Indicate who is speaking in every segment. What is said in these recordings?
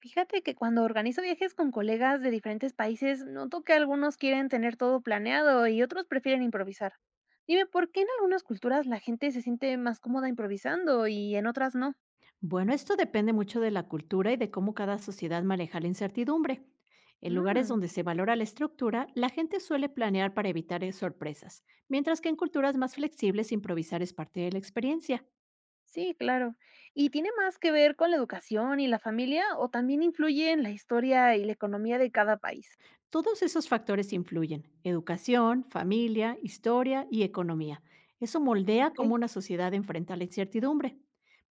Speaker 1: Fíjate que cuando organizo viajes con colegas de diferentes países, noto que algunos quieren tener todo planeado y otros prefieren improvisar. Dime, ¿por qué en algunas culturas la gente se siente más cómoda improvisando y en otras no?
Speaker 2: Bueno, esto depende mucho de la cultura y de cómo cada sociedad maneja la incertidumbre. En lugares
Speaker 1: Mm,
Speaker 2: donde se valora la estructura, la gente suele planear para evitar sorpresas, mientras que en culturas más flexibles improvisar es parte de la experiencia.
Speaker 1: sí, claro. ¿Y tiene más que ver con la educación y la familia o también influye en la historia y la economía de cada país?
Speaker 2: Todos esos factores influyen, educación, familia, historia y economía. Eso moldea cómo
Speaker 1: Ok.
Speaker 2: una sociedad enfrenta la incertidumbre.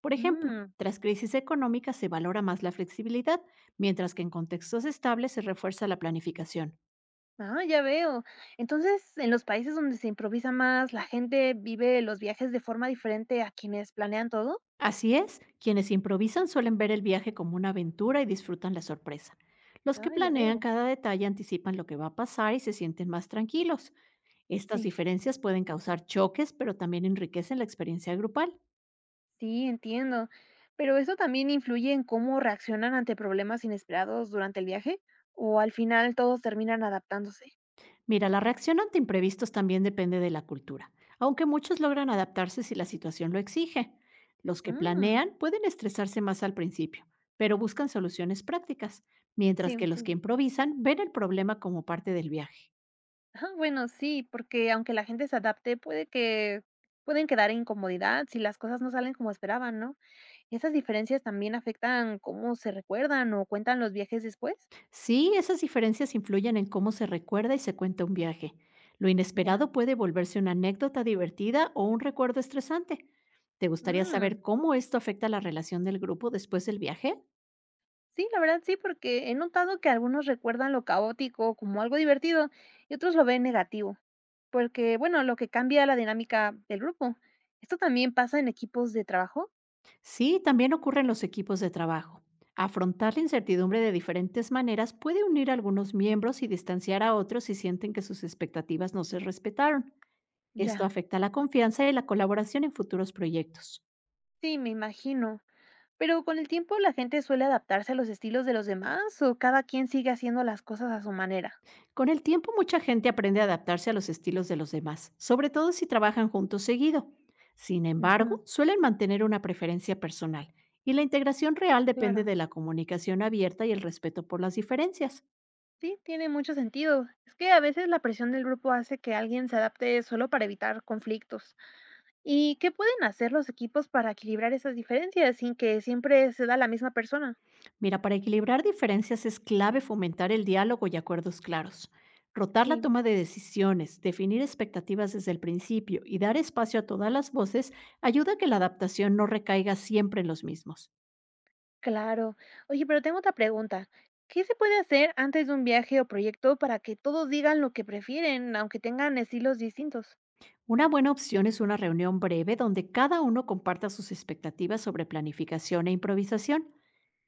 Speaker 2: Por ejemplo,
Speaker 1: Mm,
Speaker 2: tras crisis económicas se valora más la flexibilidad, mientras que en contextos estables se refuerza la planificación.
Speaker 1: ah, ya veo. Entonces, en los países donde se improvisa más, la gente vive los viajes de forma diferente a quienes planean todo.
Speaker 2: Así es, quienes improvisan suelen ver el viaje como una aventura y disfrutan la sorpresa. Los que
Speaker 1: Ah, ya
Speaker 2: planean
Speaker 1: veo.
Speaker 2: cada detalle anticipan lo que va a pasar y se sienten más tranquilos. Estas
Speaker 1: Sí,
Speaker 2: diferencias pueden causar choques, pero también enriquecen la experiencia grupal.
Speaker 1: sí, entiendo. Pero ¿eso también influye en cómo reaccionan ante problemas inesperados durante el viaje? ¿O al final todos terminan adaptándose?
Speaker 2: Mira, la reacción ante imprevistos también depende de la cultura, aunque muchos logran adaptarse si la situación lo exige. Los que
Speaker 1: Mm,
Speaker 2: planean pueden estresarse más al principio, pero buscan soluciones prácticas, mientras
Speaker 1: sí,
Speaker 2: que los que
Speaker 1: sí.
Speaker 2: improvisan ven el problema como parte del viaje.
Speaker 1: Ah, bueno, sí, porque aunque la gente se adapte, pueden quedar en incomodidad si las cosas no salen como esperaban, ¿no? ¿Esas diferencias también afectan cómo se recuerdan o cuentan los viajes después?
Speaker 2: Sí, esas diferencias influyen en cómo se recuerda y se cuenta un viaje. Lo
Speaker 1: Ya.
Speaker 2: inesperado puede volverse una anécdota divertida o un recuerdo estresante. ¿Te gustaría
Speaker 1: Mm,
Speaker 2: saber cómo esto afecta la relación del grupo después del viaje?
Speaker 1: sí, la verdad sí, porque he notado que algunos recuerdan lo caótico como algo divertido y otros lo ven negativo. Porque, bueno, lo que cambia la dinámica del grupo. ¿Esto también pasa en equipos de trabajo?
Speaker 2: Sí, también ocurre en los equipos de trabajo. Afrontar la incertidumbre de diferentes maneras puede unir a algunos miembros y distanciar a otros si sienten que sus expectativas no se respetaron. Esto
Speaker 1: Ya,
Speaker 2: afecta la confianza y la colaboración en futuros proyectos.
Speaker 1: sí, me imagino. Pero con el tiempo la gente suele adaptarse a los estilos de los demás o cada quien sigue haciendo las cosas a su manera.
Speaker 2: Con el tiempo, mucha gente aprende a adaptarse a los estilos de los demás, sobre todo si trabajan juntos seguido. Sin
Speaker 1: Ujú,
Speaker 2: embargo, suelen mantener una preferencia personal y la integración real depende
Speaker 1: claro.
Speaker 2: de la comunicación abierta y el respeto por las diferencias.
Speaker 1: Sí, tiene mucho sentido. Es que a veces la presión del grupo hace que alguien se adapte solo para evitar conflictos. ¿Y qué pueden hacer los equipos para equilibrar esas diferencias sin que siempre se da la misma persona?
Speaker 2: Mira, para equilibrar diferencias es clave fomentar el diálogo y acuerdos claros. Rotar la
Speaker 1: Sí.
Speaker 2: toma de decisiones, definir expectativas desde el principio y dar espacio a todas las voces ayuda a que la adaptación no recaiga siempre en los mismos.
Speaker 1: Claro. Oye, pero tengo otra pregunta. ¿Qué se puede hacer antes de un viaje o proyecto para que todos digan lo que prefieren, aunque tengan estilos distintos?
Speaker 2: Una buena opción es una reunión breve donde cada uno comparta sus expectativas sobre planificación e improvisación.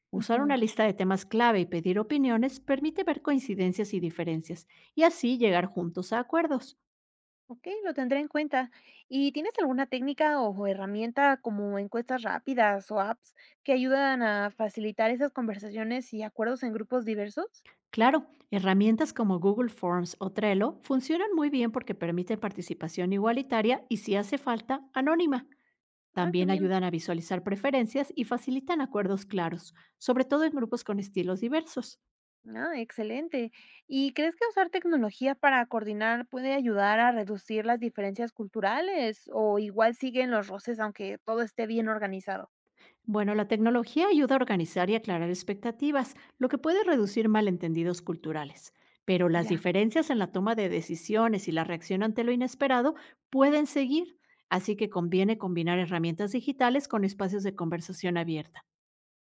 Speaker 2: Usar
Speaker 1: Ujú.
Speaker 2: una lista de temas clave y pedir opiniones permite ver coincidencias y diferencias y así llegar juntos a acuerdos.
Speaker 1: Ok, lo tendré en cuenta. ¿Y tienes alguna técnica o herramienta como encuestas rápidas o apps que ayudan a facilitar esas conversaciones y acuerdos en grupos diversos?
Speaker 2: Claro, herramientas como Google Forms o Trello funcionan muy bien porque permiten participación igualitaria y, si hace falta, anónima.
Speaker 1: Ah, qué
Speaker 2: También
Speaker 1: bien.
Speaker 2: ayudan a visualizar preferencias y facilitan acuerdos claros, sobre todo en grupos con estilos diversos.
Speaker 1: Ah, excelente. ¿Y crees que usar tecnología para coordinar puede ayudar a reducir las diferencias culturales o igual siguen los roces aunque todo esté bien organizado?
Speaker 2: Bueno, la tecnología ayuda a organizar y aclarar expectativas, lo que puede reducir malentendidos culturales, pero las
Speaker 1: Ya,
Speaker 2: diferencias en la toma de decisiones y la reacción ante lo inesperado pueden seguir, así que conviene combinar herramientas digitales con espacios de conversación abierta.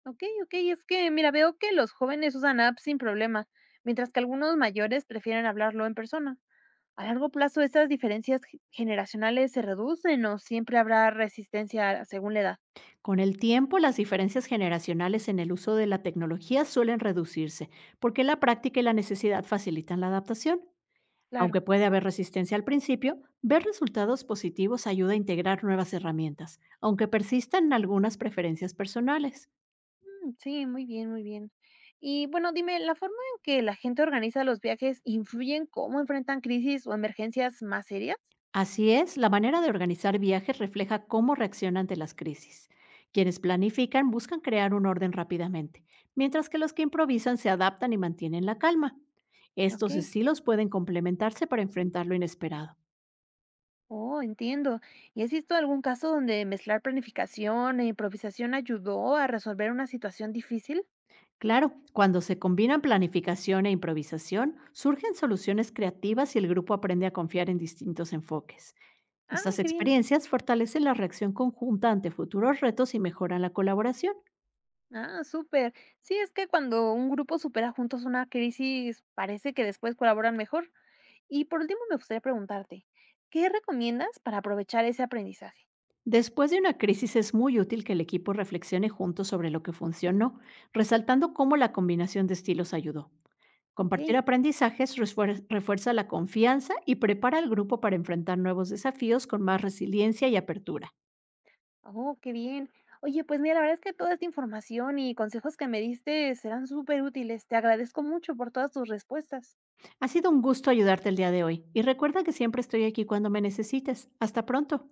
Speaker 1: ok, ok. Es que, mira, veo que los jóvenes usan apps sin problema, mientras que algunos mayores prefieren hablarlo en persona. A largo plazo, ¿estas diferencias generacionales se reducen o siempre habrá resistencia según la edad?
Speaker 2: Con el tiempo, las diferencias generacionales en el uso de la tecnología suelen reducirse, porque la práctica y la necesidad facilitan la adaptación.
Speaker 1: Claro.
Speaker 2: Aunque puede haber resistencia al principio, ver resultados positivos ayuda a integrar nuevas herramientas, aunque persistan algunas preferencias personales.
Speaker 1: Sí, muy bien, muy bien. Y bueno, dime, ¿la forma en que la gente organiza los viajes influye en cómo enfrentan crisis o emergencias más serias?
Speaker 2: Así es, la manera de organizar viajes refleja cómo reacciona ante las crisis. Quienes planifican buscan crear un orden rápidamente, mientras que los que improvisan se adaptan y mantienen la calma.
Speaker 1: Ok,
Speaker 2: Estos estilos pueden complementarse para enfrentar lo inesperado.
Speaker 1: oh, entiendo. ¿Y has visto algún caso donde mezclar planificación e improvisación ayudó a resolver una situación difícil?
Speaker 2: Claro, cuando se combinan planificación e improvisación, surgen soluciones creativas y el grupo aprende a confiar en distintos enfoques.
Speaker 1: Ah,
Speaker 2: Estas
Speaker 1: qué bien.
Speaker 2: experiencias fortalecen la reacción conjunta ante futuros retos y mejoran la colaboración.
Speaker 1: Ah, súper. Sí, es que cuando un grupo supera juntos una crisis, parece que después colaboran mejor. Y por último, me gustaría preguntarte, ¿qué recomiendas para aprovechar ese aprendizaje?
Speaker 2: Después de una crisis es muy útil que el equipo reflexione juntos sobre lo que funcionó, resaltando cómo la combinación de estilos ayudó.
Speaker 1: Ok.
Speaker 2: Compartir aprendizajes refuerza la confianza y prepara al grupo para enfrentar nuevos desafíos con más resiliencia y apertura.
Speaker 1: Oh, qué bien. Oye, pues mira, la verdad es que toda esta información y consejos que me diste serán súper útiles. Te agradezco mucho por todas tus respuestas.
Speaker 2: Ha sido un gusto ayudarte el día de hoy y recuerda que siempre estoy aquí cuando me necesites. Hasta pronto.